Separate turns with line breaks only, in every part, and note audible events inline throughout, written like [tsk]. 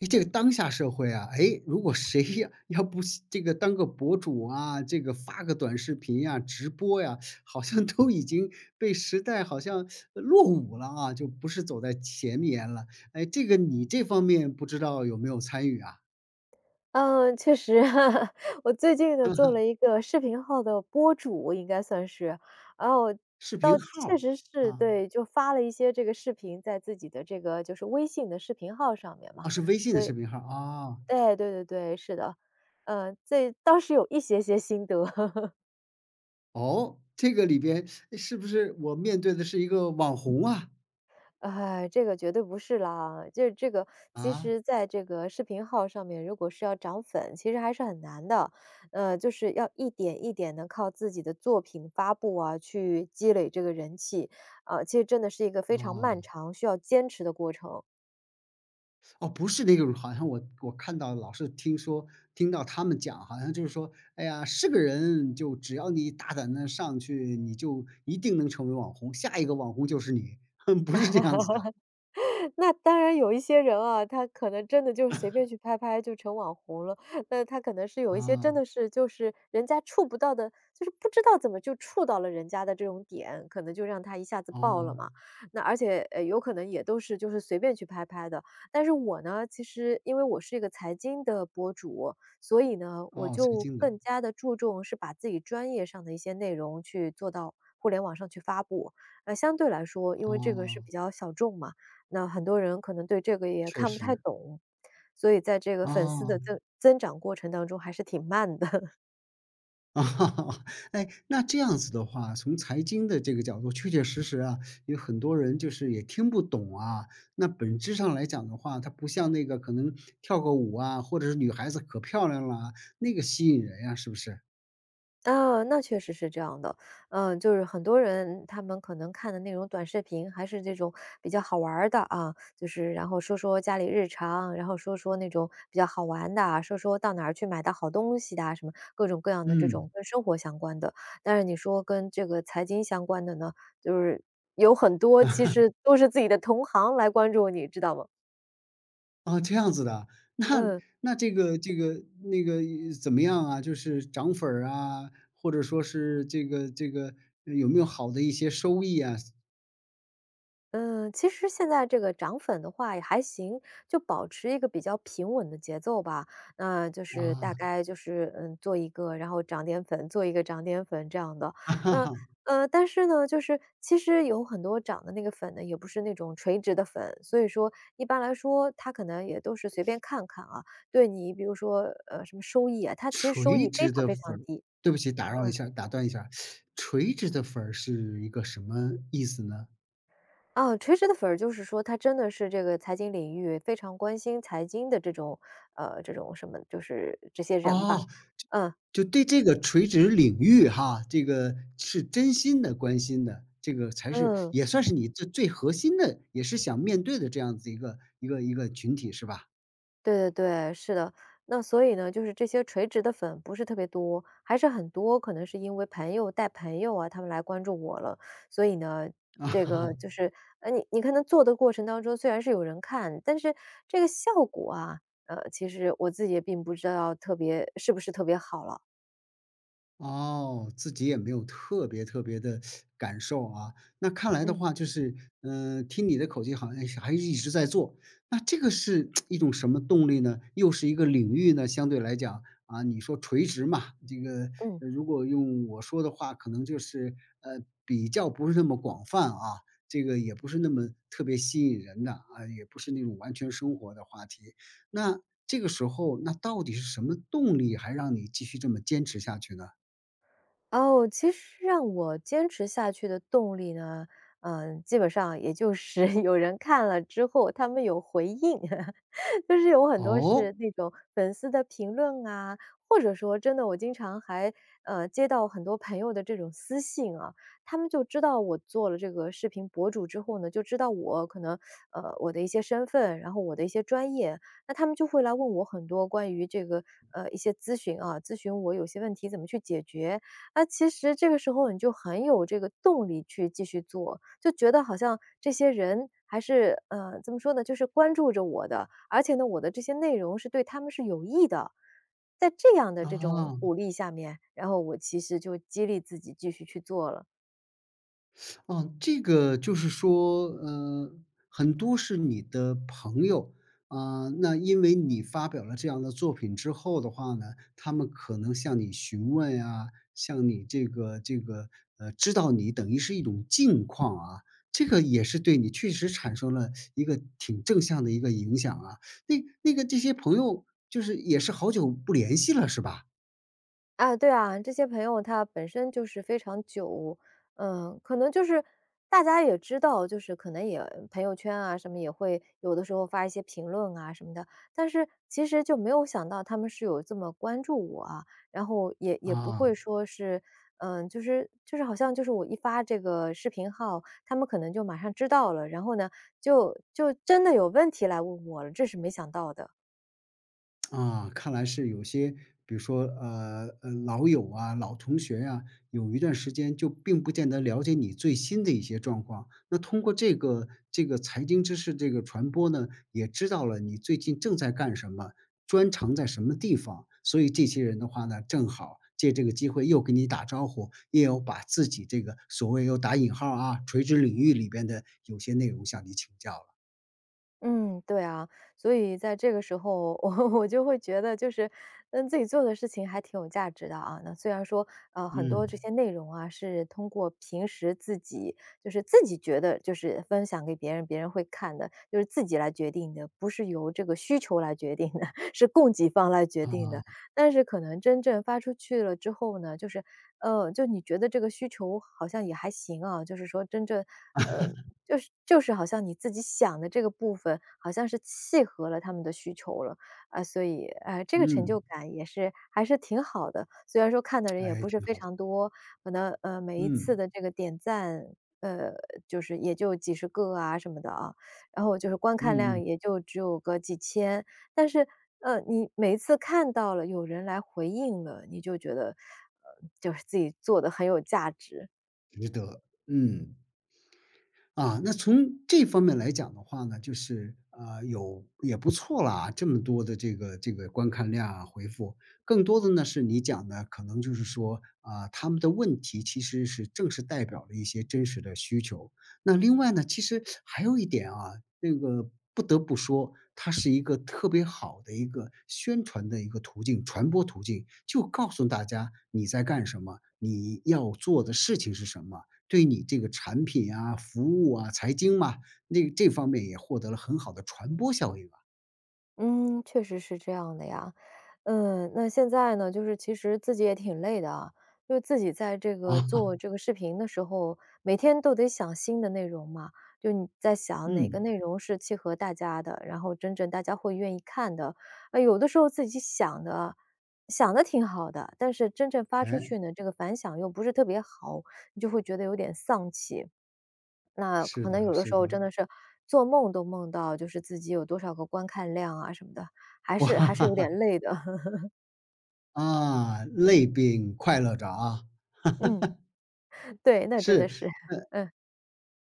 诶，这个当下社会啊，哎，如果谁呀要不是这个当个博主啊，这个发个短视频呀、直播呀，好像都已经被时代好像落伍了啊，就不是走在前面了。哎，这个你这方面不知道有没有参与啊？
嗯，确实，[laughs] 我最近呢做了一
[laughs]
个视频号的播主，应该算是，然后
视频
倒
号
确
儿
实是
啊，
对，就发了一些这个视频在自己的这个就是微信的视频号上面嘛，
啊，是微信的视
对，
频号啊，
对对对对，是的，嗯，这倒是有一些些心得，[laughs]
哦，这个里边是不是我面对的是一个网红啊？
哎，这个绝对不是啦，就是这个其
啊，
实在这个视频号上面，如果是要涨粉，其实还是很难的。就是要一点一点的靠自己的作品发布啊，去积累这个人气，啊，其实真的是一个非常漫
哦。
长、需要坚持的过程。
哦，不是那个，好像我看到老是听说听到他们讲，好像就是说，哎呀，是个人就只要你大胆的上去，你就一定能成为网红，下一个网红就是你，[laughs] 不是这样子的。
那当然有一些人啊，他可能真的就是随便去拍拍就成网红了，[laughs] 那他可能是有一些
啊，
真的是就是人家触不到的，就是不知道怎么就触到了人家的这种点，可能就让他一下子爆了
哦，
嘛。那而且，有可能也都是就是随便去拍拍的。但是我呢，其实因为我是一个财经的博主，所以呢，我
哦，随
就
经的，
更加的注重是把自己专业上的一些内容去做到互联网上去发布。相对来说，因为这个是
哦，
比较小众嘛，那很多人可能对这个也
确
看不太
实，
懂，所以在这个粉丝的
哦。
增长过程当中还是挺慢的。[laughs]
啊，[laughs] 哎，那这样子的话，从财经的这个角度，确确实实啊，有很多人就是也听不懂啊。那本质上来讲的话，它不像那个可能跳个舞啊，或者是女孩子可漂亮了啊，那个吸引人呀，是不是？
啊，那确实是这样的。嗯，就是很多人他们可能看的那种短视频，还是这种比较好玩儿的啊，就是然后说说家里日常，然后说说那种比较好玩的啊，说说到哪儿去买的好东西的啊，什么各种各样的这种
嗯，
跟生活相关的。但是你说跟这个财经相关的呢，就是有很多其实都是自己的同行来关注你，知道吗？
啊，这样子的，那
嗯
这个那个怎么样啊？就是涨粉儿啊，或者说是这个有没有好的一些收益啊？
嗯，其实现在这个涨粉的话也还行，就保持一个比较平稳的节奏吧。那就是大
啊，
概就是嗯，做一个，然后涨点粉，做一个涨点粉这样的。
[laughs] 哈
那
哈。
但是呢，就是其实有很多涨的那个粉呢，也不是那种垂直的粉，所以说一般来说，它可能也都是随便看看啊。对你比如说什么收益啊，它其实收
垂
益非
直
常
的
非
粉
常
儿
低。
对不起，打扰一
嗯。
下打断一下，垂直的粉儿是一个什么意思呢？
啊，垂直的粉儿就是说他真的是这个财经领域非常关心财经的这种这种什么就是这些人吧。
哦，
嗯，
就对这个垂直领域哈，这个是真心的关心的，这个才是
嗯，
也算是你最最核心的，也是想面对的这样子一个一个一个群体是吧？
对对对，是的。那所以呢，就是这些垂直的粉不是特别多，还是很多可能是因为朋友带朋友啊，他们来关注我了。所以呢，
[laughs] 啊。
这个就是你看他做的过程当中，虽然是有人看，但是这个效果啊，其实我自己也并不知道特别是不是特别好了。
哦，自己也没有特别特别的感受啊。那看来的
嗯，
话就是，嗯、听你的口气好像是还一直在做。那这个是一种什么动力呢？又是一个领域呢？相对来讲啊，你说垂直嘛，这个
嗯。
如果用我说的话，可能就是呃比较不是那么广泛啊。这个也不是那么特别吸引人的啊，也不是那种完全生活的话题。那这个时候，那到底是什么动力还让你继续这么坚持下去呢？
哦，其实让我坚持下去的动力呢，嗯，基本上也就是 [laughs] 有人看了之后，他们有回应。[laughs] 就是有很多
哦，
是那种粉丝的评论啊，或者说真的我经常还，接到很多朋友的这种私信啊，他们就知道我做了这个视频博主之后呢，就知道我可能，我的一些身份，然后我的一些专业，那他们就会来问我很多关于这个，一些咨询啊，咨询我有些问题怎么去解决。那其实这个时候你就很有这个动力去继续做，就觉得好像这些人还是怎么说呢，就是关注着我的，而且呢，我的这些内容是对他们是有益的。在这样的这种
啊，
鼓励下面，然后我其实就激励自己继续去做了。
哦，这个就是说，很多是你的朋友，啊，那因为你发表了这样的作品之后的话呢，他们可能向你询问啊，向你这个，知道你等于是一种近况啊，这个也是对你确实产生了一个挺正向的一个影响啊。那这些朋友就是也是好久不联系了是吧？
啊，对啊，这些朋友他本身就是非常久，嗯，可能就是大家也知道，就是可能也朋友圈啊什么也会有的时候发一些评论啊什么的，但是其实就没有想到他们是有这么关注我啊，然后也不
啊。
会说是，嗯，就是就是好像就是我一发这个视频号，他们可能就马上知道了，然后呢，就真的有问题来问我了，这是没想到的。
啊，看来是有些，比如说，老友啊、老同学呀、有一段时间就并不见得了解你最新的一些状况。那通过这个财经知识这个传播呢，也知道了你最近正在干什么，专长在什么地方。所以这些人的话呢，正好借这个机会又跟你打招呼，也有把自己这个所谓有打引号啊，垂直领域里边的有些内容向你请教了。
嗯，对啊，所以在这个时候，[laughs] 我就会觉得就是，嗯，自己做的事情还挺有价值的啊。那虽然说，很多这
嗯，
些内容啊，是通过平时自己就是自己觉得就是分享给别人，别人会看的，就是自己来决定的，不是由这个需求来决定的，[laughs] 是供给方来决定的。
啊，
但是可能真正发出去了之后呢，就是，就你觉得这个需求好像也还行啊，就是说真正。呃，就是就是好像你自己想的这个部分，好像是契合了他们的需求了，啊，所以，这个成就
嗯，
感也是还是挺好的。虽然说看的人也
哎，
不是
挺
非
好的，
常多，可能，每一次
嗯。
的这个点赞，呃，就是也就几十个啊什么的啊，然后就是观看
嗯
量
嗯，
也就只有个几千，但是，你每一次看到了有人来回应了，你就觉得，就是自己做的很有价值。
值得，嗯，啊，那从这方面来讲的话呢，就是，有也不错啦，这么多的这个观看量啊，回复，更多的呢是你讲的，可能就是说，啊，他们的问题其实是正是代表了一些真实的需求。那另外呢，其实还有一点啊，那个不得不说，它是一个特别好的一个宣传的一个途径，传播途径，就告诉大家你在干什么，你要做的事情是什么。对你这个产品啊、服务啊、财经嘛，那这方面也获得了很好的传播效应啊。
嗯，确实是这样的呀。嗯，那现在呢，就是其实自己也挺累的啊，就是自己在这
[laughs]
个做
啊，
这个视频的时候，每天都得想新的内容嘛，就你在想哪个
嗯，
内容是契合大家的，然后真正大家会愿意看的。啊，有的时候自己想的想的挺好的，但是真正发出
哎，
去呢，这个反响又不是特别好，你就会觉得有点丧气。那
是
可能有
的，
的
是
时
的，
候真的是做梦都梦到，就是自己有多少个观看量啊什么的，还是还
哇，
是有点累的。[laughs]
[laughs] 啊，累并快乐着啊。
嗯，对，那真
是，
的是，[laughs] 嗯，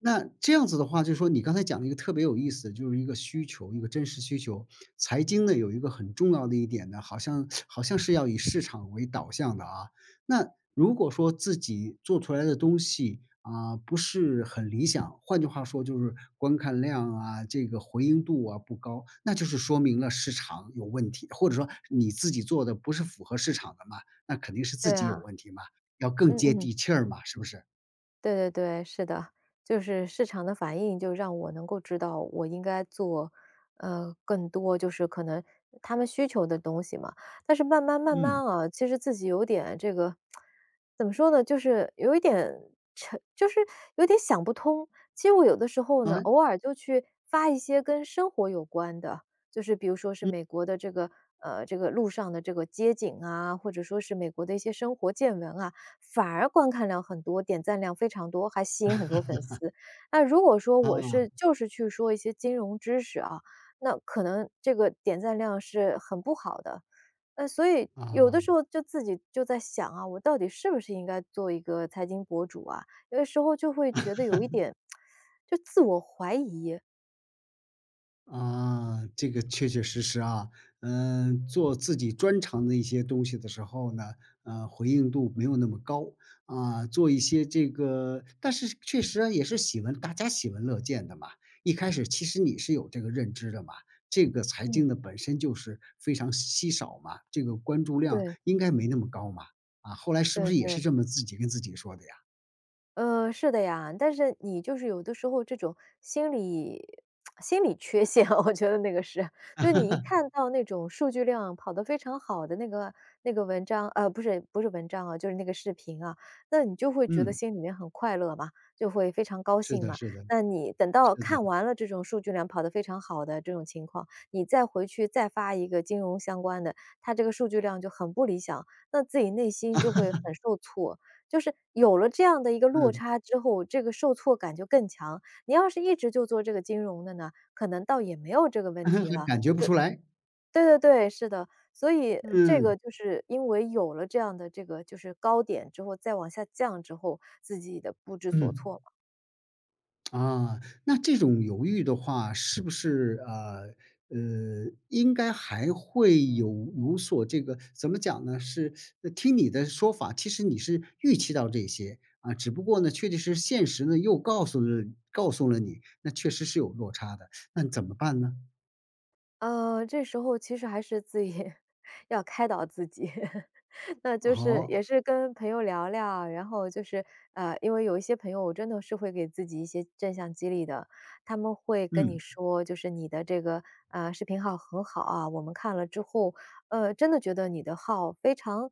那这样子的话，就是说你刚才讲了一个特别有意思的就是一个需求，一个真实需求。财经呢有一个很重要的一点呢，好像是要以市场为导向的啊。那如果说自己做出来的东西啊，不是很理想，换句话说就是观看量啊，这个回应度啊不高，那就是说明了市场有问题，或者说你自己做的不是符合市场的嘛，那肯定是自
对
己有
啊，
问题嘛，要更
嗯
接
嗯。
地气儿嘛，是不是？
对对对，是的，就是市场的反应就让我能够知道我应该做，更多就是可能他们需求的东西嘛。但是慢慢慢
嗯。
慢啊，其实自己有点这个，怎么说呢，就是有一点沉，就是有点想不通。其实我有的时候呢，
啊
偶尔就去发一些跟生活有关的，就是比如说是美国的这个。这个路上的这个街景啊，或者说是美国的一些生活见闻啊，反而观看量很多，点赞量非常多，还吸引很多粉丝。那如果说我是
啊。
就是去说一些金融知识啊，那可能这个点赞量是很不好的。那所以有
啊
的时候就自己就在想啊，我到底是不是应该做一个财经博主啊？有的时候就会觉得有一点就自我怀疑。
啊，这个确确实实啊，嗯，做自己专长的一些东西的时候呢，回应度没有那么高啊，做一些这个，但是确实啊，也是喜闻，大家喜闻乐见的嘛。一开始其实你是有这个认知的嘛，这个财
嗯，
经的本身就是非常稀少嘛，这个关注量
对
应该没那么高嘛。啊，后来是不
对
是也是
对。
这么自己跟自己说的呀？
是的呀，但是你就是有的时候这种心理 [tsk] 心理缺陷，[laughs] 我觉得那个是，就你一看到那种数据量跑得非常好的那个那个文章，不是不是文章啊，就是那个视频啊，那你就会觉得
嗯，
心里面很快乐嘛，就会非常高
是
兴
的，
嘛。
是的，
那你等到
是的，
看完了这种数据量跑得非常好的这种情况，你再回去再发一个金融相关的，它这个数据量就很不理想，那自己内心就会很受挫。就是有了这样的一个落
嗯，
差之后，这个受挫感就更强。你要是一直就做这个金融的呢，可能倒也没有这个问题
[laughs]
了。
感觉不出来，
对对对，是的。所以这
嗯
个就是因为有了这样的这个就是高点之后，再往下降之后，自己的不知所
嗯。
措。
啊，那这种犹豫的话，是不是应该还会有所这个怎么讲呢？是听你的说法，其实你是预期到这些啊，只不过呢，确确实实现实呢又告诉了你，那确实是有落差的，那你怎么办呢？
这时候其实还是自己 [laughs] 要开导自己，[laughs] 那就是
好，
也是跟朋友聊聊，然后因为有一些朋友，我真的是会给自己一些正向激励的，他们会跟你
嗯，
说，就是你的这个视频号很好啊，我们看了之后，呃，真的觉得你的号非常，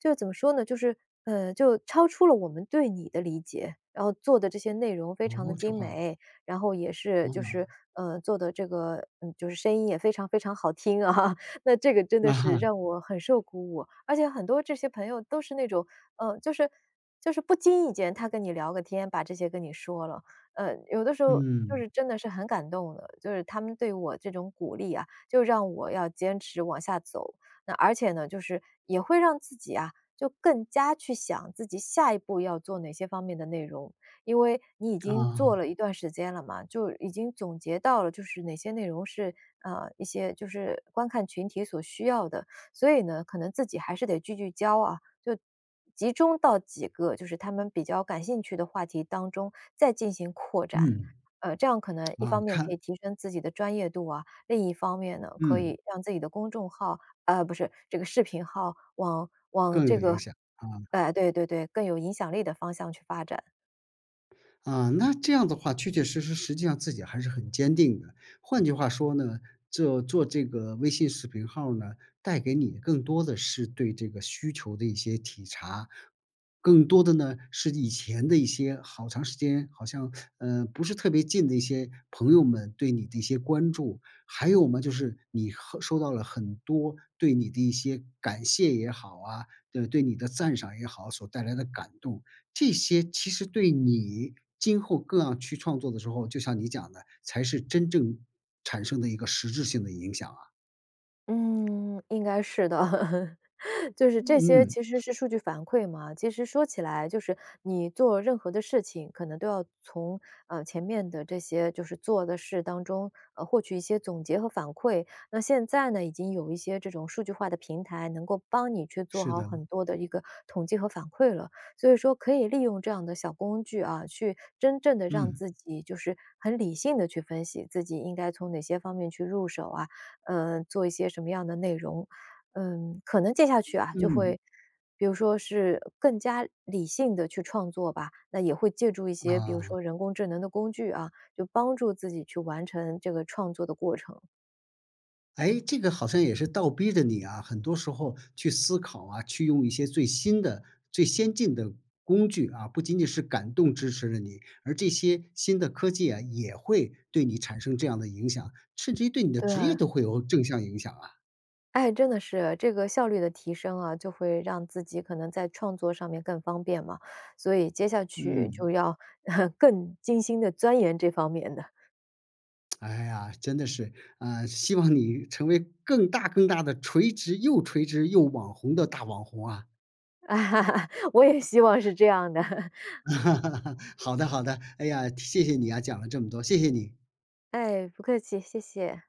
就怎么说呢，就超出了我们对你的理解，然后做的这些内容非常的
哦，这
精
话，
美，然后也是
嗯，
做的这个就是声音也非常非常好听啊，[laughs] 那这个真的
那
是
哈，
让我很受鼓舞，而且很多这些朋友都是那种呃就是不经意间他跟你聊个天，把这些跟你说了，有的时候就
嗯，
是真的是很感动的，就是他们对我这种鼓励啊，就让我要坚持往下走，那而且呢就是也会让自己啊。就更加去想自己下一步要做哪些方面的内容，因为你已经做
啊，
了一段时间了嘛，就已经总结到了，就是哪些内容是一些就是观看群体所需要的，所以呢，可能自己还是得聚聚焦啊，就集中到几个就是他们比较感兴趣的话题当中，再进行扩展。
嗯，
呃，这样可能一
啊，
方面可以
看，
提升自己的专业度啊，另一方面呢，可
嗯，
以让自己的公众号，呃，不是这个视频号往往
更
这
有影
个，
响啊。
哎、对对对，更有影响力的方向去发展。
啊，那这样的话，确确实实，实际上自己还是很坚定的。换句话说呢，这做这个微信视频号呢，带给你更多的是对这个需求的一些体察，更多的呢是以前的一些好长时间好像不是特别近的一些朋友们对你的一些关注，还有嘛就是你和收到了很多对你的一些感谢也好啊，对你的赞赏也好，所带来的感动。这些其实对你今后更要去创作的时候，就像你讲的，才是真正产生的一个实质性的影响啊。
嗯，应该是的。[laughs] 就是这些
嗯，
其实是数据反馈嘛。其实说起来，就是你做任何的事情，可能都要从前面的这些就是做的事当中，获取一些总结和反馈。那现在呢，已经有一些这种数据化的平台，能够帮你去做
是
好
的，
很多的一个统计和反馈了。所以说，可以利用这样的小工具啊，去真正的让
嗯
自己就是很理性的去分析自己应该从哪些方面去入手啊，嗯、做一些什么样的内容。嗯，可能接下去啊，就
嗯
会比如说是更加理性的去创作吧，那也会借助一些比如
啊，
说人工智能的工具啊，就帮助自己去完成这个创作的过程。
哎，这个好像也是倒逼着你啊，很多时候去思考啊，去用一些最新的、最先进的工具啊，不仅仅是感动支持了你，而这些新的科技啊，也会对你产生这样的影响，甚至于对你的职业
对，
都会有正向影响啊。
哎，真的是这个效率的提升啊，就会让自己可能在创作上面更方便嘛，所以接下去就
嗯。
要 [laughs] 更精心的钻研这方面的，
哎呀，真的是，希望你成为更大更大的垂直又垂直又网红的大网红啊！
[laughs] 啊我也希望是这样的。[laughs]
[laughs] 好的好的，哎呀，谢谢你啊，讲了这么多，谢谢你。
哎，不客气，谢谢。